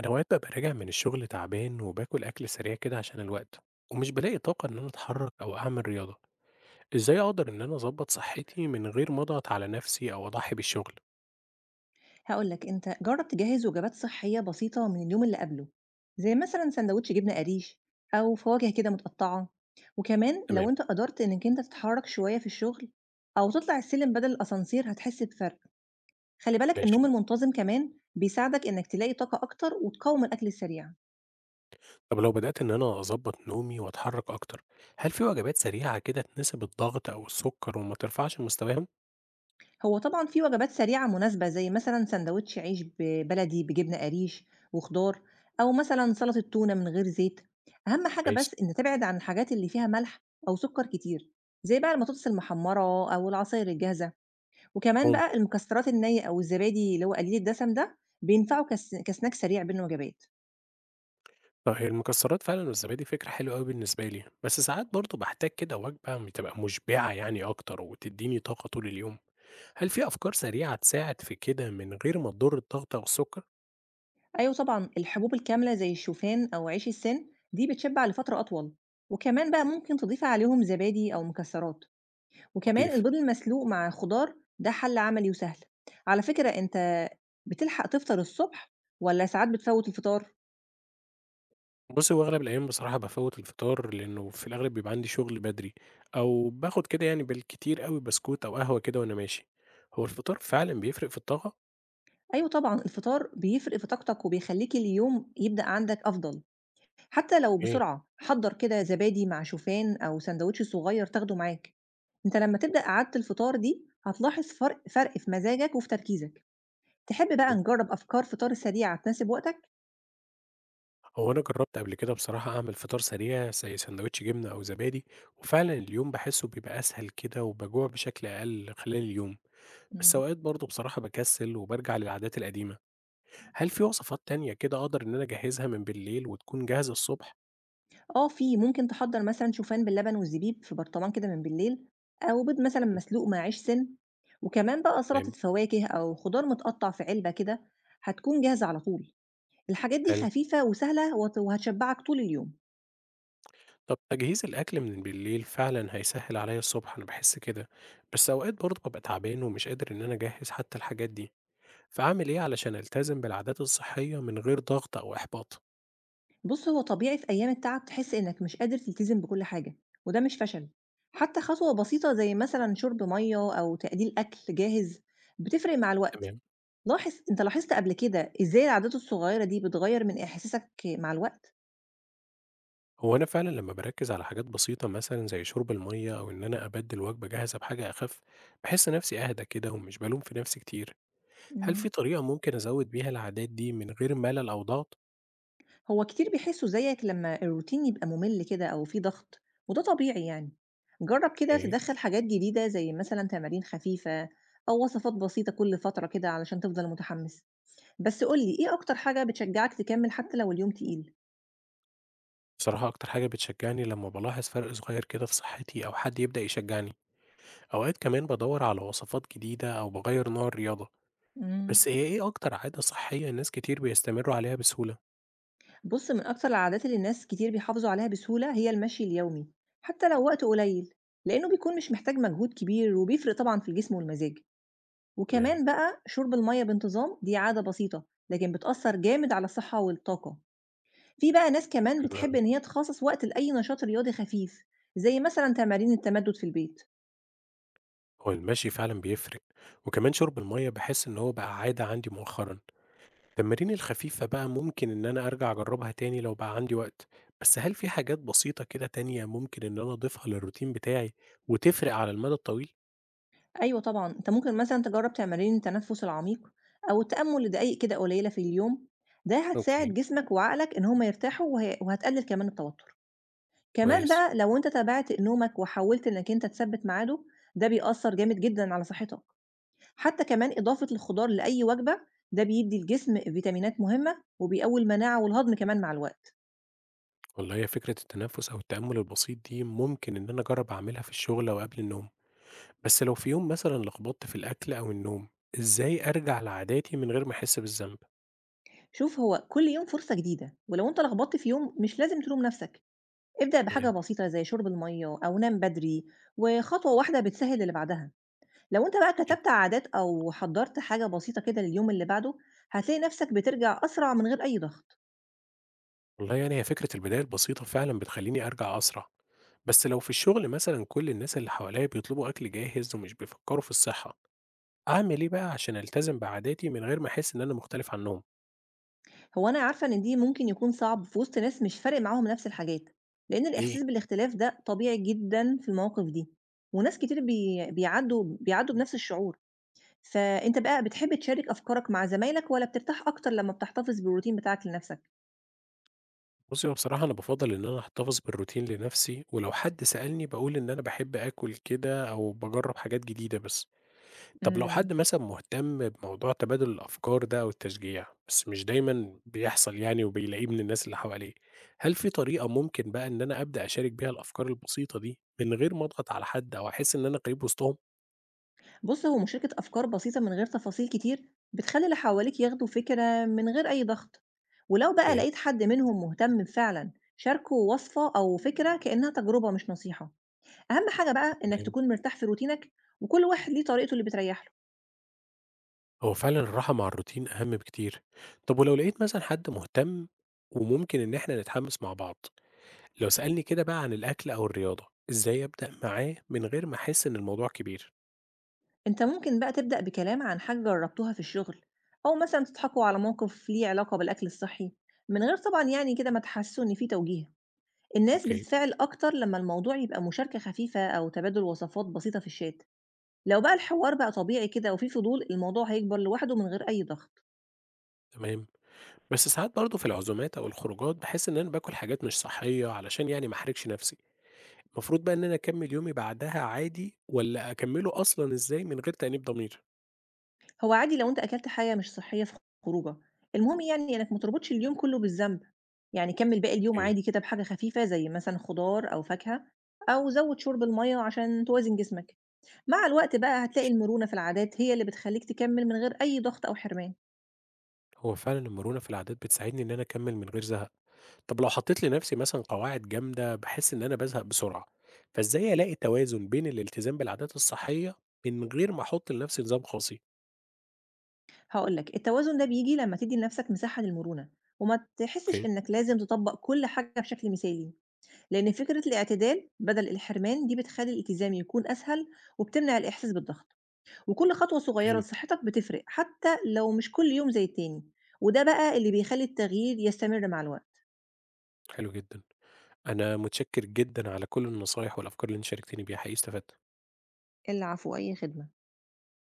أنا أوقات بابقى راجع من الشغل تعبان وباكل أكل سريع كده عشان الوقت ومش بلاقي طاقة إن أنا أتحرك أو أعمل رياضة، إزاي أقدر إن أنا أظبط صحتي من غير ما أضغط على نفسي أو أضحي بالشغل؟ هاقول لك أنت جرّب تجهّز وجبات صحية بسيطة من اليوم اللي قبله، زي مثلًا ساندوتش جبنة قريش أو فواكه كده متقطّعة، وكمان تمام. لو أنت قدرت إنّك أنت تتحرّك شوية في الشغل أو تطلع السلِّم بدل الأسانسير هتحس بفرق، خلّي بالك النوم ماشي، المنتظم كمان بيساعدك إنّك تلاقي طاقة أكتر وتقاوم الأكل السريع. طب لو بدأت إن أنا أظبط نومي وأتحرك أكتر، هل في وجبات سريعة كده تناسب الضغط أو السكر وما ترفعش مستواهم؟ هو طبعًا في وجبات سريعة مناسبة زي مثلًا ساندوتش عيش بلدي بجبنة قريش وخضار، أو مثلًا سلطة تونة من غير زيت، أهم حاجة كويس. بس إن تبعد عن الحاجات اللي فيها ملح أو سكر كتير، زي بقى البطاطس المحمرة أو العصاير الجاهزة، وكمان هم. بقى المكسرات النية أو الزبادي اللي هو قليل الدسم ده بينفعوا كسناك سريع بين الوجبات. طب هي المكسرات فعلا والزبادي فكرة حلوة أوي بالنسبة لي، بس ساعات برضه بحتاج كده وجبة بتبقى مشبعة يعني أكتر وتديني طاقة طول اليوم. هل في أفكار سريعة تساعد في كده من غير ما تضر الضغط أو السكر؟ أيوه طبعًا الحبوب الكاملة زي الشوفان أو عيش السن دي بتشبع لفترة أطول، وكمان بقى ممكن تضيفي عليهم زبادي أو مكسرات. وكمان لطيف. البيض المسلوق مع خضار ده حل عملي وسهل. على فكرة انت بتلحق تفطر الصبح ولا ساعات بتفوت الفطار؟ بص هو أغلب الأيام بصراحة بفوت الفطار لأنه في الأغلب بيبقى عندي شغل بدري، أو باخد كده يعني بالكتير قوي بسكوت أو قهوة كده وأنا ماشي. هو الفطار فعلا بيفرق في الطاقة؟ ايوه طبعا الفطار بيفرق في طاقتك وبيخليك اليوم يبدأ عندك افضل، حتى لو إيه؟ بسرعة حضر كده زبادي مع شوفان او سندوتش صغير تاخده معاك. انت لما تبدأ قعدة الفطار دي هتلاحظ فرق في مزاجك وفي تركيزك. تحب بقى نجرب افكار فطار سريعة تناسب وقتك؟ هو أنا جربت قبل كده بصراحة أعمل فطار سريع زي سندوتش جبنة أو زبادي، وفعلا اليوم بحسه بيبقى أسهل كده وبجوع بشكل أقل خلال اليوم. بس مم. أوقات برضه بصراحة بكسل وبرجع للعادات القديمة. هل في وصفات تانية كده أقدر إن أنا أجهّزها من بالليل وتكون جاهزة الصبح؟ آه في، ممكن تحضّر مثلًا شوفان باللبن والزبيب في برطمان كده من بالليل، أو بيض مثلًا إمم، مسلوق مع عيش سِن، وكمان بقى سلطة تمام، فواكه أو خضار متقطّع في علبة كده هتكون جاهزة على طول، الحاجات دي حلو. خفيفة وسهلة وهتشبّعك طول اليوم. طب تجهيز الأكل من بالليل فعلًا هيسهّل عليَّ الصبح، أنا باحس كده، بس أوقات برضه بابقى تعبان ومش قادر إن أنا أجهّز حتى الحاجات دي، فأعمل إيه علشان ألتزم بالعادات الصحية من غير ضغط أو إحباط؟ بُص، هو طبيعي في أيام التعب تحس إنك مش قادر تلتزم بكل حاجة، وده مش فشل، حتى خطوة بسيطة زي مثلًا شرب مَيّة أو تقليل أكل جاهز بتفرق مع الوقت. تمام. لاحظ أنت لاحظت قبل كده إزاي العادات الصغيرة دي بتغيّر من إحساسك مع الوقت؟ هو أنا فعلًا لمّا باركّز على حاجات بسيطة مثلًا زي شرب المَيّة أو إن أنا أبدِّل وجبة جاهزة بحاجة أخف، باحس نفسي أهدى كده ومش بالوم في نفسي كتير، هل إمم. في طريقة ممكن أزوّد بيها العادات دي من غير ملل أو ضغط؟ هو كتير بيحسوا زيك لما الروتين يبقى ممل كده أو فيه ضغط، وده طبيعي يعني. جرب كده إيه؟ تدخل حاجات جديدة زي مثلا تمارين خفيفة أو وصفات بسيطة كل فترة كده علشان تفضل متحمس، بس قولي إيه أكتر حاجة بتشجعك تكمل حتى لو اليوم تقيل؟ بصراحة أكتر حاجة بتشجعني لما بلاحظ فرق صغير كده في صحتي أو حد يبدأ يشجعني، أوقات كمان بدور على وصفات جديدة أو بغير نوع الرياضة. مم. بس هي إيه أكتر عادة صحية الناس كتير بيستمروا عليها بسهولة؟ بص، من أكتر العادات اللي الناس كتير بيحافظوا عليها بسهولة هي المشي اليومي، حتى لو وقت قليل، لأنه بيكون مش محتاج مجهود كبير وبيفرق طبعا في الجسم والمزاج. تمام. وكمان بقى شرب المَيّة بانتظام دي عادة بسيطة، لكن بتأثّر جامد على الصحة والطاقة. في بقى ناس كمان حلو بتحب أوي. إن هي تخصّص وقت لأي نشاط رياضي خفيف، زي مثلًا تمارين التمدّد في البيت. هو المشي فعلا بيفرق، وكمان شرب المية بحس إن هو بقى عادة عندي مؤخرا. التمارين الخفيفة بقى ممكن إن أنا أرجع أجربها تاني لو بقى عندي وقت، بس هل في حاجات بسيطة كده تانية ممكن إن أنا أضيفها للروتين بتاعي وتفرق على المدى الطويل؟ أيوه طبعًا، أنت ممكن مثلًا تجرّب تمارين التنفُّس العميق أو التأمُّل لدقايق كده قليلة في اليوم، ده اوكي. هتساعد جسمك وعقلك إن هم يرتاحوا وهتقلِّل كمان التوتُّر. كمان كويس. بقى لو أنت تابعت نومك وحاولت إنّك أنت تثبِّت ميعاده، ده بيأثّر جامد جدًا على صحّتك. حتى كمان إضافة الخضار لأي وجبة ده بيدي الجسم فيتامينات مهمة وبيقوي المناعة والهضم كمان مع الوقت. والله هي فكرة التنفس أو التأمل البسيط دي ممكن إن أنا أجرب أعملها في الشغل أو قبل النوم، بس لو في يوم مثلا لخبطت في الأكل أو النوم إزاي أرجع لعاداتي من غير ما أحس بالذنب؟ شوف، هو كل يوم فرصة جديدة، ولو انت لخبطت في يوم مش لازم تلوم نفسك. ابدأ بحاجة تمام. بسيطة زي شرب المية أو نام بدري، وخطوة واحدة بتسهل اللي بعدها. لو انت بقى جدا. كتبت عادات أو حضرت حاجة بسيطة كده لليوم اللي بعده هتلاقي نفسك بترجع أسرع من غير أي ضغط. والله يعني هي فكرة البداية البسيطة فعلا بتخليني أرجع أسرع، بس لو في الشغل مثلا كل الناس اللي حواليا بيطلبوا أكل جاهز ومش بيفكروا في الصحة أعمل إيه بقى عشان ألتزم بعاداتي من غير ما أحس إن أنا مختلف عنهم؟ هو أنا عارفة إن دي ممكن يكون صعب في وسط ناس مش فارق معاهم نفس الحاجات، لأن إيه. الإحساس بالاختلاف ده طبيعي جدًا في المواقف دي، وناس كتير بي بيعدّوا بيعدّوا بنفس الشعور، فأنت بقى بتحب تشارك أفكارك مع زمايلك والّا بترتاح أكتر لمّا بتحتفظ بالروتين بتاعك لنفسك؟ بُصّي، هو بصراحة أنا بافضّل إن أنا أحتفظ بالروتين لنفسي، ولو حد سألني باقول إن أنا باحب آكل كده أو باجرّب حاجات جديدة بس. طب لو إمم. حد مثلًا مهتم بموضوع تبادل الأفكار ده أو التشجيع، بس مش دايمًا بيحصل يعني وبيلاقيه من الناس اللي حواليه، هل في طريقة ممكن بقى إن أنا أبدأ أشارك بيها الأفكار البسيطة دي من غير ما أضغط على حد أو أحس إن أنا غريب وسطهم؟ بُص، هو مشاركة أفكار بسيطة من غير تفاصيل كتير بتخلّي اللي حواليك ياخدوا فكرة من غير أي ضغط، ولو بقى أوكي، لقيت حد منهم مهتم فعلًا شاركه وصفة أو فكرة كإنها تجربة مش نصيحة. أهم حاجة بقى إنك تمام. تكون مرتاح في روتينك، وكل واحد ليه طريقته اللي بتريح له. هو فعلًا الراحة مع الروتين أهم بكتير. طب ولو لقيت مثلًا حد مهتم وممكن إن إحنا نتحمس مع بعض، لو سألني كده بقى عن الأكل أو الرياضة، إزاي أبدأ معاه من غير ما أحس إن الموضوع كبير؟ أنت ممكن بقى تبدأ بكلام عن حاجة جربتوها في الشغل، أو مثلا تضحكوا على موقف ليه علاقة بالأكل الصحي من غير طبعا يعني كده ما تحسوا إن في توجيه. الناس أوكي، بتتفاعل أكتر لما الموضوع يبقى مشاركة خفيفة أو تبادل وصفات بسيطة في الشات. لو بقى الحوار بقى طبيعي كده وفي فضول الموضوع هيكبر لوحده من غير أي ضغط. تمام، بس ساعات برضه في العزومات أو الخروجات باحس إن أنا باكل حاجات مش صحية علشان يعني ما أحرجش نفسي، المفروض بقى إن أنا أكمل يومي بعدها عادي والّا أكمله أصلًا إزاي من غير تأنيب ضمير؟ هو عادي لو أنت أكلت حاجة مش صحّية في خروجة، المهم يعني إنّك ما تربطش اليوم كلّه بالذنب، يعني كمّل باقي اليوم أوكي، عادي كده بحاجة خفيفة زي مثلًا خضار أو فاكهة، أو زوّد شُرب المَيّة عشان توازن جسمك. مع الوقت بقى هتلاقي ماشي، المرونة في العادات هي اللي بتخلّيك تكمّل من غير أي ضغط أو حرمان. هو فعلًا المرونة في العادات بتساعدني إن أنا أكمل من غير زهق، طب لو حطيت لنفسي مثلًا قواعد جامدة باحس إن أنا بازهق بسرعة، فإزاي ألاقي توازن بين الالتزام بالعادات الصحية من غير ما أحط لنفسي نظام قاسي؟ هاقول لك، التوازن ده بييجي لمّا تدّي لنَفْسك مساحة للمرونة، وما تحسّش أوكي. إنّك لازم تطبّق كل حاجة بشكل مثالي، لإن فكرة الاعتدال بدل الحرمان دي بتخلّي الالتزام يكون أسهل وبتمنع الإحساس بالضغط. وكل خطوة صغيرة تمام، لصحتك بتفرق حتى لو مش كل يوم زي التاني، وده بقى اللي بيخلي التغيير يستمر مع الوقت. حلو جدًا. أنا متشكر جدًا على كل النصايح والأفكار اللي أنتِ شاركتيني بيها، حقيقي استفدت. العفو، أي خدمة.